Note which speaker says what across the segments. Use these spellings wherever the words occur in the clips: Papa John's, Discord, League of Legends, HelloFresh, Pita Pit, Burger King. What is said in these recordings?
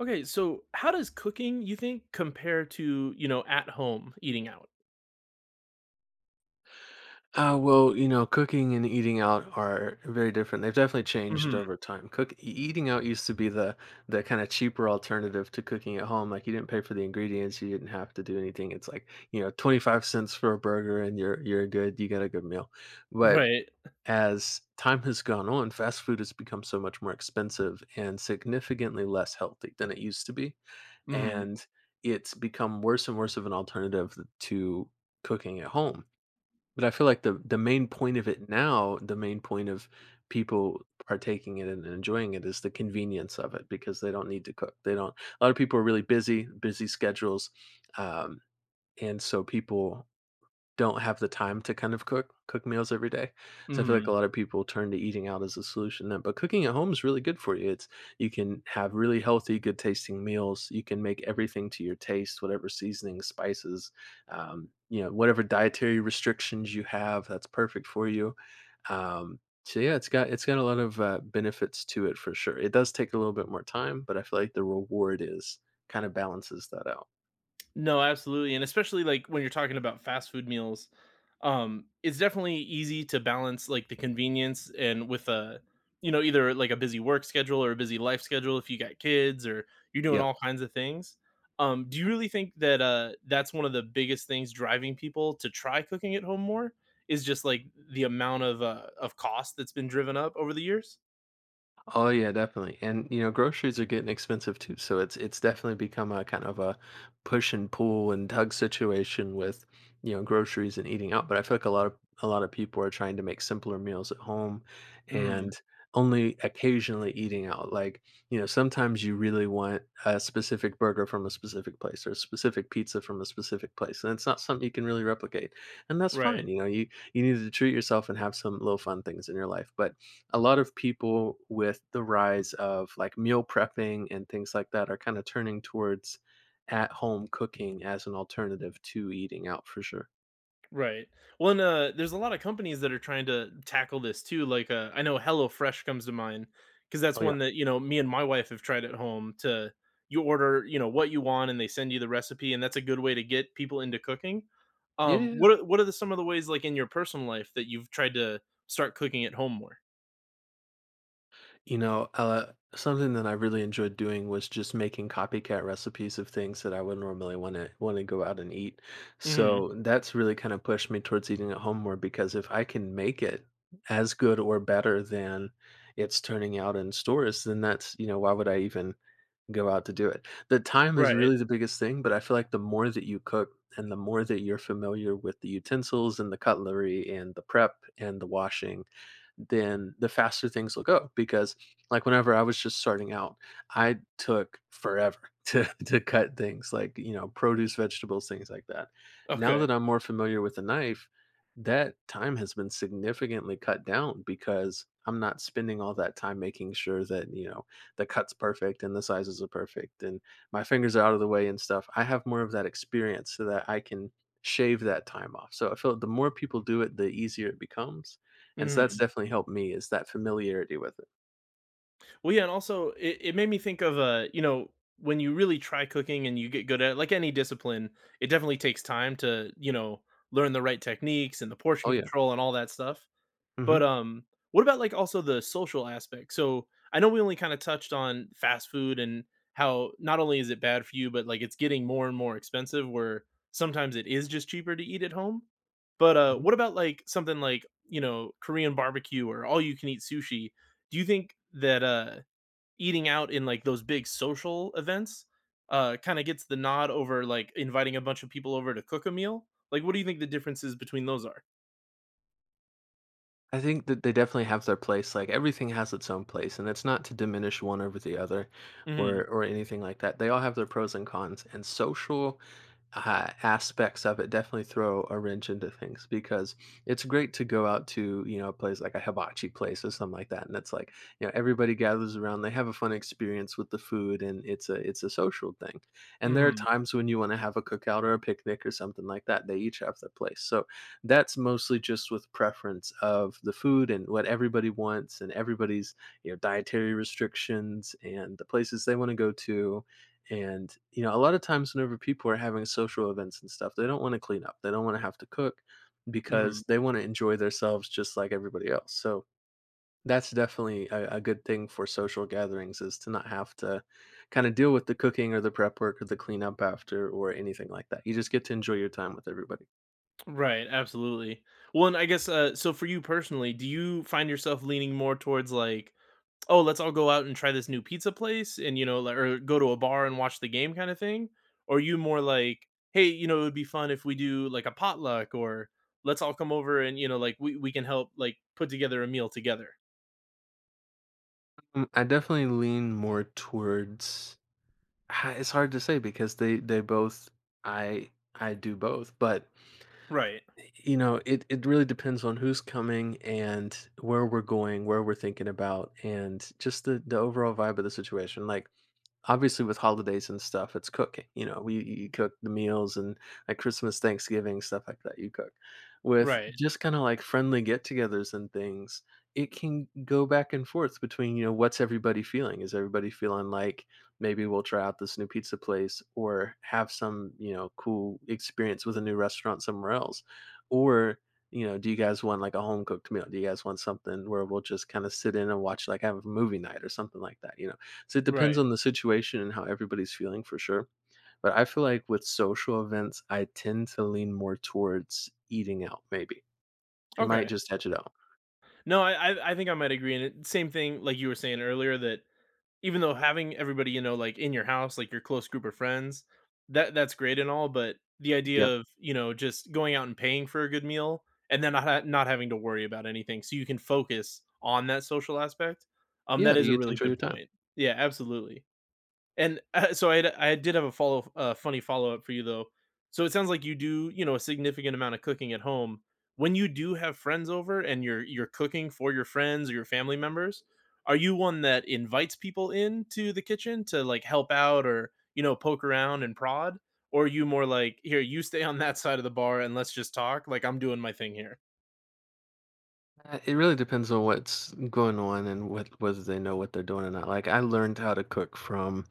Speaker 1: Okay, so how does cooking, you think, compare to, at home eating out?
Speaker 2: You know, cooking and eating out are very different. They've definitely changed
Speaker 1: Mhm.
Speaker 2: over time. Eating out used to be the kind of cheaper alternative to cooking at home. Like you didn't pay for the ingredients, you didn't have to do anything. It's like, you know, 25¢ for a burger and you're good, you got a good meal. But
Speaker 1: Right.
Speaker 2: as time has gone on, fast food has become so much more expensive and significantly less healthy than it used to be.
Speaker 1: Mhm.
Speaker 2: And it's become worse and worse of an alternative to cooking at home, but I feel like the main point of it now, the main point of people partaking in it and enjoying it is the convenience of it because they don't need to cook. They don't. A lot of people are really busy, busy schedules, um, and so people don't have the time to kind of cook meals every day. So I feel like a
Speaker 1: Mhm.
Speaker 2: lot of people turn to eating out as a solution then, but cooking at home is really good for you. It's you can have really healthy, good tasting meals. You can make everything to your taste, whatever seasoning, spices, you know, whatever dietary restrictions you have, that's perfect for you. Um, so yeah, it's got a lot of benefits to it for sure. It does take a little bit more time, but I feel like the reward is kind of balances that out.
Speaker 1: No, absolutely. And especially like when you're talking about fast food meals, it's definitely easy to balance like the convenience and with a, either like a busy work schedule or a busy life schedule if you got kids or you're doing
Speaker 2: Yeah.
Speaker 1: all kinds of things. Do you really think that that's one of the biggest things driving people to try cooking at home more is just like the amount of cost that's been driven up over the years?
Speaker 2: Oh yeah, definitely. And you know, groceries are getting expensive too. So it's definitely become a kind of a push and pull and tug situation with, you know, groceries and eating out. But I feel like a lot of people are trying to make simpler meals at home
Speaker 1: Mm,
Speaker 2: and only occasionally eating out. Like, you know, sometimes you really want a specific burger from a specific place or a specific pizza from a specific place. And it's not something you can really replicate. And that's fine.
Speaker 1: right.
Speaker 2: You know, you need to treat yourself and have some little fun things in your life. But a lot of people with the rise of like meal prepping and things like that are kind of turning towards at home cooking as an alternative to eating out for sure.
Speaker 1: Right. Well, and, there's a lot of companies that are trying to tackle this too. Like, I know HelloFresh comes to mind because that's
Speaker 2: Oh yeah.
Speaker 1: one that me and my wife have tried at home. To you order, what you want, and they send you the recipe, and that's a good way to get people into cooking.
Speaker 2: Yeah, yeah, yeah.
Speaker 1: What are the, some of the ways, like in your personal life, that you've tried to start cooking at home more?
Speaker 2: You know, something that I really enjoyed doing was just making copycat recipes of things that I would normally want to go out and eat.
Speaker 1: Hmm.
Speaker 2: So that's really kind of pushed me towards eating at home more because if I can make it as good or better than it's turning out in stores, then that's, you know, why would I even go out to do it. The time is
Speaker 1: Right.
Speaker 2: really the biggest thing, but I feel like the more that you cook and the more that you're familiar with the utensils and the cutlery and the prep and the washing, then the faster things will go because like whenever I was just starting out, I took forever to cut things like, you know, produce, vegetables, things like that. Now that
Speaker 1: Okay.
Speaker 2: I'm more familiar with a knife, that time has been significantly cut down because I'm not spending all that time making sure that, you know, the cut's perfect and the sizes are perfect and my fingers are out of the way and stuff. I have more of that experience so that I can shave that time off. So I feel like the more people do it, the easier it becomes. And so that's
Speaker 1: Mhm.
Speaker 2: definitely helped me is that familiarity with it.
Speaker 1: Well, yeah, and also it made me think of when you really try cooking and you get good at it, like any discipline, it definitely takes time to, learn the right techniques and the
Speaker 2: Oh
Speaker 1: portion
Speaker 2: yeah.
Speaker 1: control and all that stuff.
Speaker 2: Hmm.
Speaker 1: But what about like also the social aspect? So I know we only kind of touched on fast food and how not only is it bad for you, but like it's getting more and more expensive where sometimes it is just cheaper to eat at home. But what
Speaker 2: Hmm.
Speaker 1: about like something like, Korean barbecue or all you can eat sushi? Do you think that eating out in like those big social events kind of gets the nod over like inviting a bunch of people over to cook a meal? Like, what do you think the differences between those are?
Speaker 2: I think that they definitely have their place. Like everything has its own place, and it's not to diminish one over the other,
Speaker 1: Hmm.
Speaker 2: or anything like that. They all have their pros and cons. And social aspects of it definitely throw a wrench into things because it's great to go out to, you know, a place like a hibachi place or something like that, and it's like, you know, everybody gathers around, they have a fun experience with the food, and it's a social thing, and there are
Speaker 1: Hmm.
Speaker 2: times when you want to have a cookout or a picnic or something like that. They each have their place, so that's mostly just with preference of the food and what everybody wants and everybody's, you know, dietary restrictions and the places they want to go to. And, you know, a lot of times whenever people are having social events and stuff, they don't want to clean up. They don't want to have to cook
Speaker 1: Hmm.
Speaker 2: because they want to enjoy themselves just like everybody else. So that's definitely a good thing for social gatherings, is to not have to kind of deal with the cooking or the prep work or the cleanup after or anything like that. You just get to enjoy your time with everybody.
Speaker 1: Right, absolutely. Well, and I guess so for you personally, do you find yourself leaning more towards like, oh, let's all go out and try this new pizza place and like, or go to a bar and watch the game kind of thing, or are you more like, hey, it would be fun if we do like a potluck or let's all come over and like we can help like put together a meal together?
Speaker 2: Mm, I definitely lean more towards it's hard to say because they both, I I do both, but
Speaker 1: Right.
Speaker 2: you know, it really depends on who's coming and where we're going, where we're thinking about, and just the overall vibe of the situation. Like, obviously with holidays and stuff, it's cooking. You know, we you cook the meals and like Christmas, Thanksgiving, stuff like that. You cook with
Speaker 1: Right.
Speaker 2: just kind of like friendly get-togethers and things. It can go back and forth between, you know, what's everybody feeling? Is everybody feeling like maybe we'll try out this new pizza place or have some, you know, cool experience with a new restaurant somewhere else, or, you know, do you guys want like a home cooked meal? Do you guys want something where we'll just kind of sit in and watch, like have a movie night or something like that? You know, so it depends on
Speaker 1: Right.
Speaker 2: the situation and how everybody's feeling for sure. But I feel like with social events, I tend to lean more towards eating out maybe. It might
Speaker 1: Okay.
Speaker 2: just edge it out.
Speaker 1: No, I think I might agree, and it same thing like you were saying earlier that even though having everybody, like in your house, like your close group of friends, that that's great and all, but the
Speaker 2: Yeah.
Speaker 1: idea of, just going out and paying for a good meal and then not having to worry about anything so you can focus on that social aspect.
Speaker 2: Yeah,
Speaker 1: That is
Speaker 2: you
Speaker 1: a
Speaker 2: get to
Speaker 1: really
Speaker 2: enjoy your
Speaker 1: good
Speaker 2: time.
Speaker 1: point. Yeah, absolutely. And, I did have a follow funny follow-up for you, though. So it sounds like you do, a significant amount of cooking at home. When you do have friends over and you're cooking for your friends or your family members, are you one that invites people into the kitchen to, like, help out or, poke around and prod? Or are you more like, "Here, you stay on that side of the bar and let's just talk, like, I'm doing my thing here?"
Speaker 2: It really depends on what's going on and what whether they know what they're doing or not. Like I learned how to cook from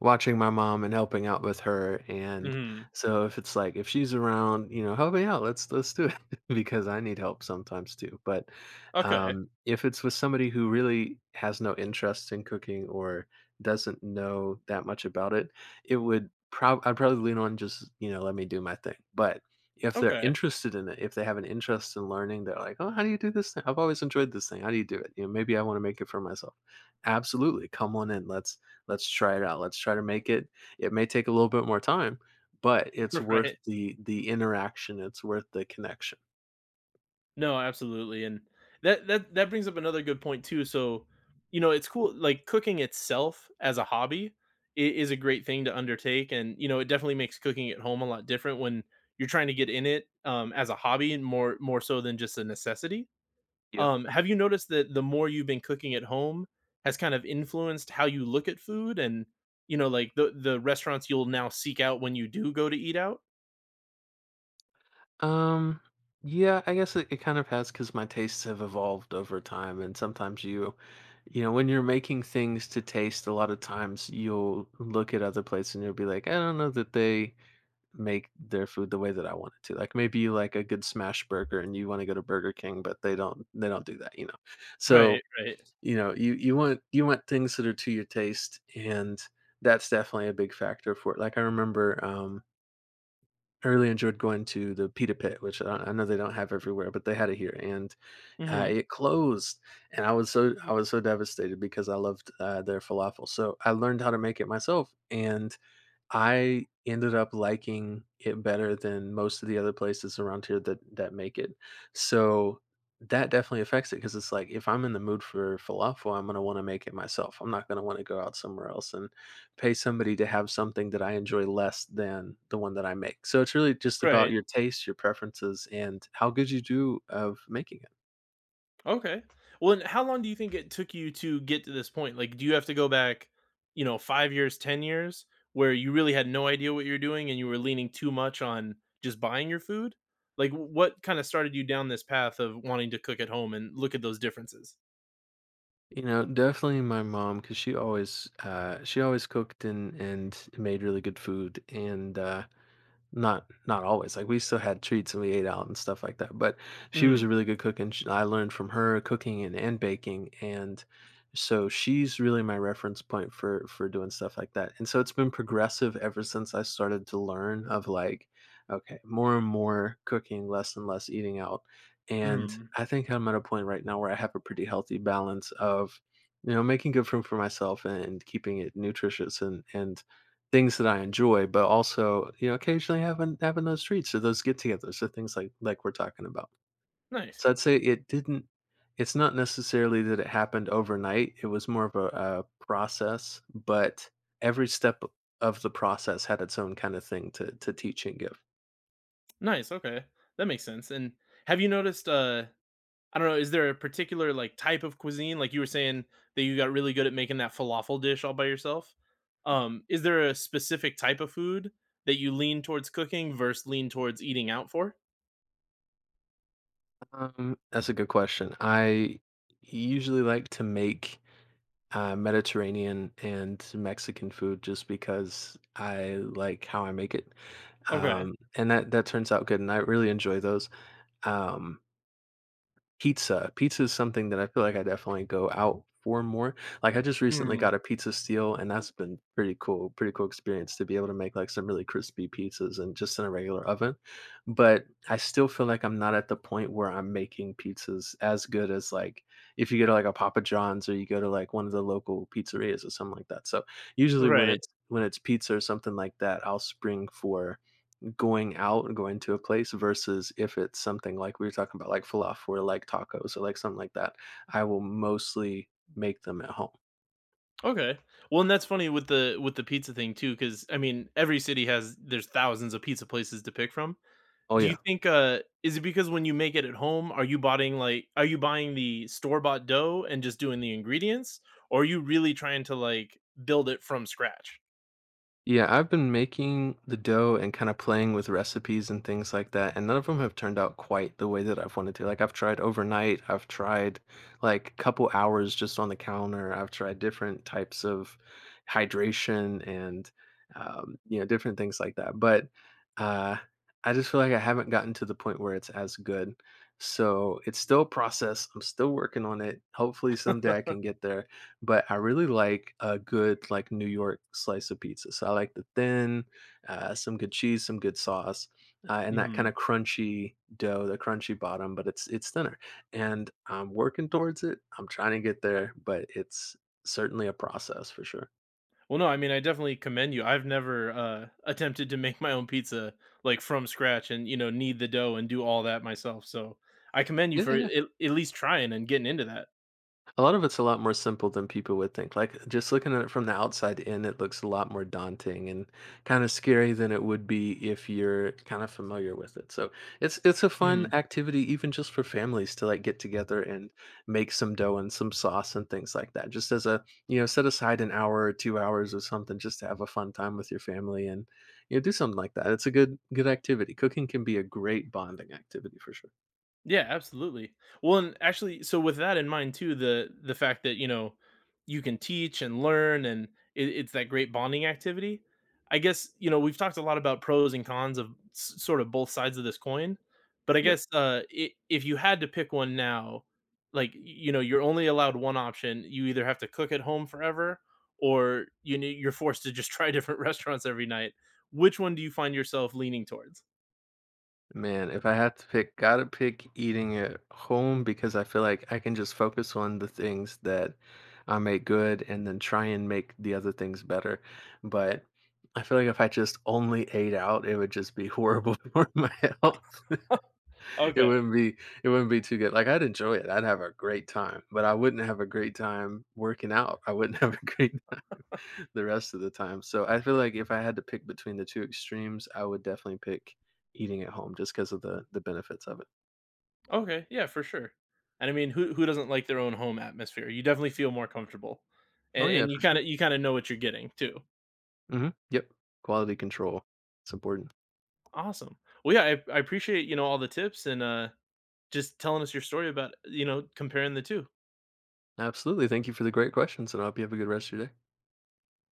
Speaker 2: watching my mom and helping out with her. And
Speaker 1: Mhm.
Speaker 2: so if it's like if she's around, you know, help me out. Let's do it because I need help sometimes too. But
Speaker 1: Okay.
Speaker 2: if it's with somebody who really has no interest in cooking or doesn't know that much about it, it would prob I'd probably lean on just, you know, let me do my thing. But if they're
Speaker 1: Okay.
Speaker 2: interested in it, if they have an interest in learning, they're like, "Oh, how do you do this thing? I've always enjoyed this thing. How do you do it? You know, maybe I want to make it for myself." Absolutely. Come on in. Let's try it out. Let's try to make it. It may take a little bit more time, but it's worth
Speaker 1: Right.
Speaker 2: the interaction. It's worth the connection.
Speaker 1: No, absolutely, and that brings up another good point too. So, it's cool like cooking itself as a hobby is a great thing to undertake, and it definitely makes cooking at home a lot different when you're trying to get in it as a hobby and more so than just a necessity.
Speaker 2: Yeah.
Speaker 1: Have you noticed that the more you've been cooking at home has kind of influenced how you look at food and, like the restaurants you'll now seek out when you do go to eat out?
Speaker 2: Um yeah, I guess it kind of has because my tastes have evolved over time and sometimes you, you know, when you're making things to taste, a lot of times you'll look at other places and you'll be like, I don't know that they make their food the way that I want it to. Like maybe you like a good smash burger and you want to go to Burger King, but they don't do that, you know.
Speaker 1: Right,
Speaker 2: So,
Speaker 1: right.
Speaker 2: you know, you want things that are to your taste, and that's definitely a big factor for it. Like I remember, I really enjoyed going to the Pita Pit, which I know they don't have everywhere, but they had it here, and
Speaker 1: Hmm.
Speaker 2: it closed. And I was so devastated because I loved their falafel. So I learned how to make it myself, and I ended up liking it better than most of the other places around here that make it. So, that definitely affects it because it's like, if I'm in the mood for falafel, I'm gonna wanna make it myself. I'm not gonna wanna go out somewhere else and pay somebody to have something that I enjoy less than the one that I make. So, it's really just about
Speaker 1: Right.
Speaker 2: your taste, your preferences, and how good you do of making it.
Speaker 1: Okay. Well, and how long do you think it took you to get to this point? Like, do you have to go back, 5 years, 10 years, where you really had no idea what you're doing and you were leaning too much on just buying your food? Like, what kinda started you down this path of wanting to cook at home and look at those differences?
Speaker 2: You know, definitely my mom because she always cooked and made really good food, not always, like, we still had treats and we ate out and stuff like that, but she was
Speaker 1: Mm,
Speaker 2: a really good cook and sh I learned from her cooking and baking, and so she's really my reference point for doing stuff like that, and so it's been progressive ever since I started to learn of, like, okay, more and more cooking, less and less eating out, and
Speaker 1: mm.
Speaker 2: I think I'm at a point right now where I have a pretty healthy balance of, you know, making good food for myself and keeping it nutritious and things that I enjoy, but also, you know, occasionally having those treats or those get-togethers, so things like we're talking about. So
Speaker 1: Nice.
Speaker 2: I'd say it didn't, it's not necessarily that it happened overnight, it was more of a, process, but every step of the process had its own kind of thing to teach and give.
Speaker 1: Nice, okay. That makes sense, and have you noticed, I don't know, is there a particular, like, type of cuisine? Like, you were saying that you got really good at making that falafel dish all by yourself. Is there a specific type of food that you lean towards cooking versus lean towards eating out for?
Speaker 2: That's a good question. I usually like to make, Mediterranean and Mexican food just because I like how I make it.
Speaker 1: Okay.
Speaker 2: And that turns out good, and I really enjoy those. Um, pizza. Pizza is something that I feel like I definitely go out for more. Like I just recently
Speaker 1: Mm,
Speaker 2: got a pizza steal, and that's been pretty cool, pretty cool experience to be able to make like some really crispy pizzas and just in a regular oven. But I still feel like I'm not at the point where I'm making pizzas as good as like if you go to like a Papa John's or you go to like one of the local pizzerias or something like that. So usually when
Speaker 1: right.
Speaker 2: it's pizza or something like that, I'll spring for going out and going to a place versus if it's something like we were talking about, like falafel or like tacos or like something like that, I will mostly make them at home.
Speaker 1: Okay. Well, and that's funny with the pizza thing too, because I mean, every city has there's thousands of pizza places to pick from.
Speaker 2: Oh
Speaker 1: Do
Speaker 2: yeah.
Speaker 1: you think, is it because when you make it at home, are you buying, are you buying the store-bought dough and just doing the ingredients? Or are you really trying to, like, build it from scratch?
Speaker 2: Yeah, I've been making the dough and kind of playing with recipes and things like that, and none of them have turned out quite the way that I've wanted to. Like I've tried overnight, I've tried like a couple hours just on the counter. I've tried different types of hydration and you know, different things like that. But uh I just feel like I haven't gotten to the point where it's as good. So it's still a process. I'm still working on it. Hopefully someday I can get there, but I really like a good, like, New York slice of pizza, so I like the thin, some good cheese, some good sauce, and that
Speaker 1: Mm.
Speaker 2: kinda crunchy dough, the crunchy bottom, but it's thinner, and I'm working towards it, I'm trying to get there, but it's certainly a process for sure.
Speaker 1: Well, no, I mean, I definitely commend you. I've never, attempted to make my own pizza, like, from scratch and, knead the dough and do all that myself, so I commend you
Speaker 2: Yeah,
Speaker 1: for
Speaker 2: yeah.
Speaker 1: at least trying and getting into that.
Speaker 2: A lot of it's a lot more simple than people would think. Like just looking at it from the outside in, it looks a lot more daunting and kind of scary than it would be if you're kind of familiar with it. So it's a fun
Speaker 1: Mhm.
Speaker 2: activity even just for families to like get together and make some dough and some sauce and things like that. Just as a, you know, set aside an hour or 2 hours or something just to have a fun time with your family and you know do something like that. It's a good activity. Cooking can be a great bonding activity for sure.
Speaker 1: Yeah, absolutely. Well, and actually, so with that in mind too, the fact that you can teach and learn, and it, it's that great bonding activity. I guess we've talked a lot about pros and cons of sort of both sides of this coin, but I
Speaker 2: Yeah.
Speaker 1: guess I if you had to pick one now, like you're only allowed one option. You either have to cook at home forever, or you're forced to just try different restaurants every night. Which one do you find yourself leaning towards?
Speaker 2: Man, if I had to pick, gotta pick eating at home because I feel like I can just focus on the things that I make good and then try and make the other things better. But I feel like if I just only ate out, it would just be horrible for my health. It
Speaker 1: Okay.
Speaker 2: wouldn't be it wouldn't be too good. Like I'd enjoy it. I'd have a great time, but I wouldn't have a great time working out. I wouldn't have a great, the rest of the time. So I feel like if I had to pick between the two extremes, I would definitely pick eating at home just because of the benefits of it.
Speaker 1: Okay, yeah, for sure. And I mean, who doesn't like their own home atmosphere? You definitely feel more comfortable,
Speaker 2: Oh,
Speaker 1: and
Speaker 2: yeah, for sure.
Speaker 1: you kind of know what you're getting too.
Speaker 2: Mhm. Yep. Quality control. It's important.
Speaker 1: Awesome. Well, yeah, I appreciate all the tips and just telling us your story about comparing the two.
Speaker 2: Absolutely. Thank you for the great questions, and I hope you have a good rest of your day.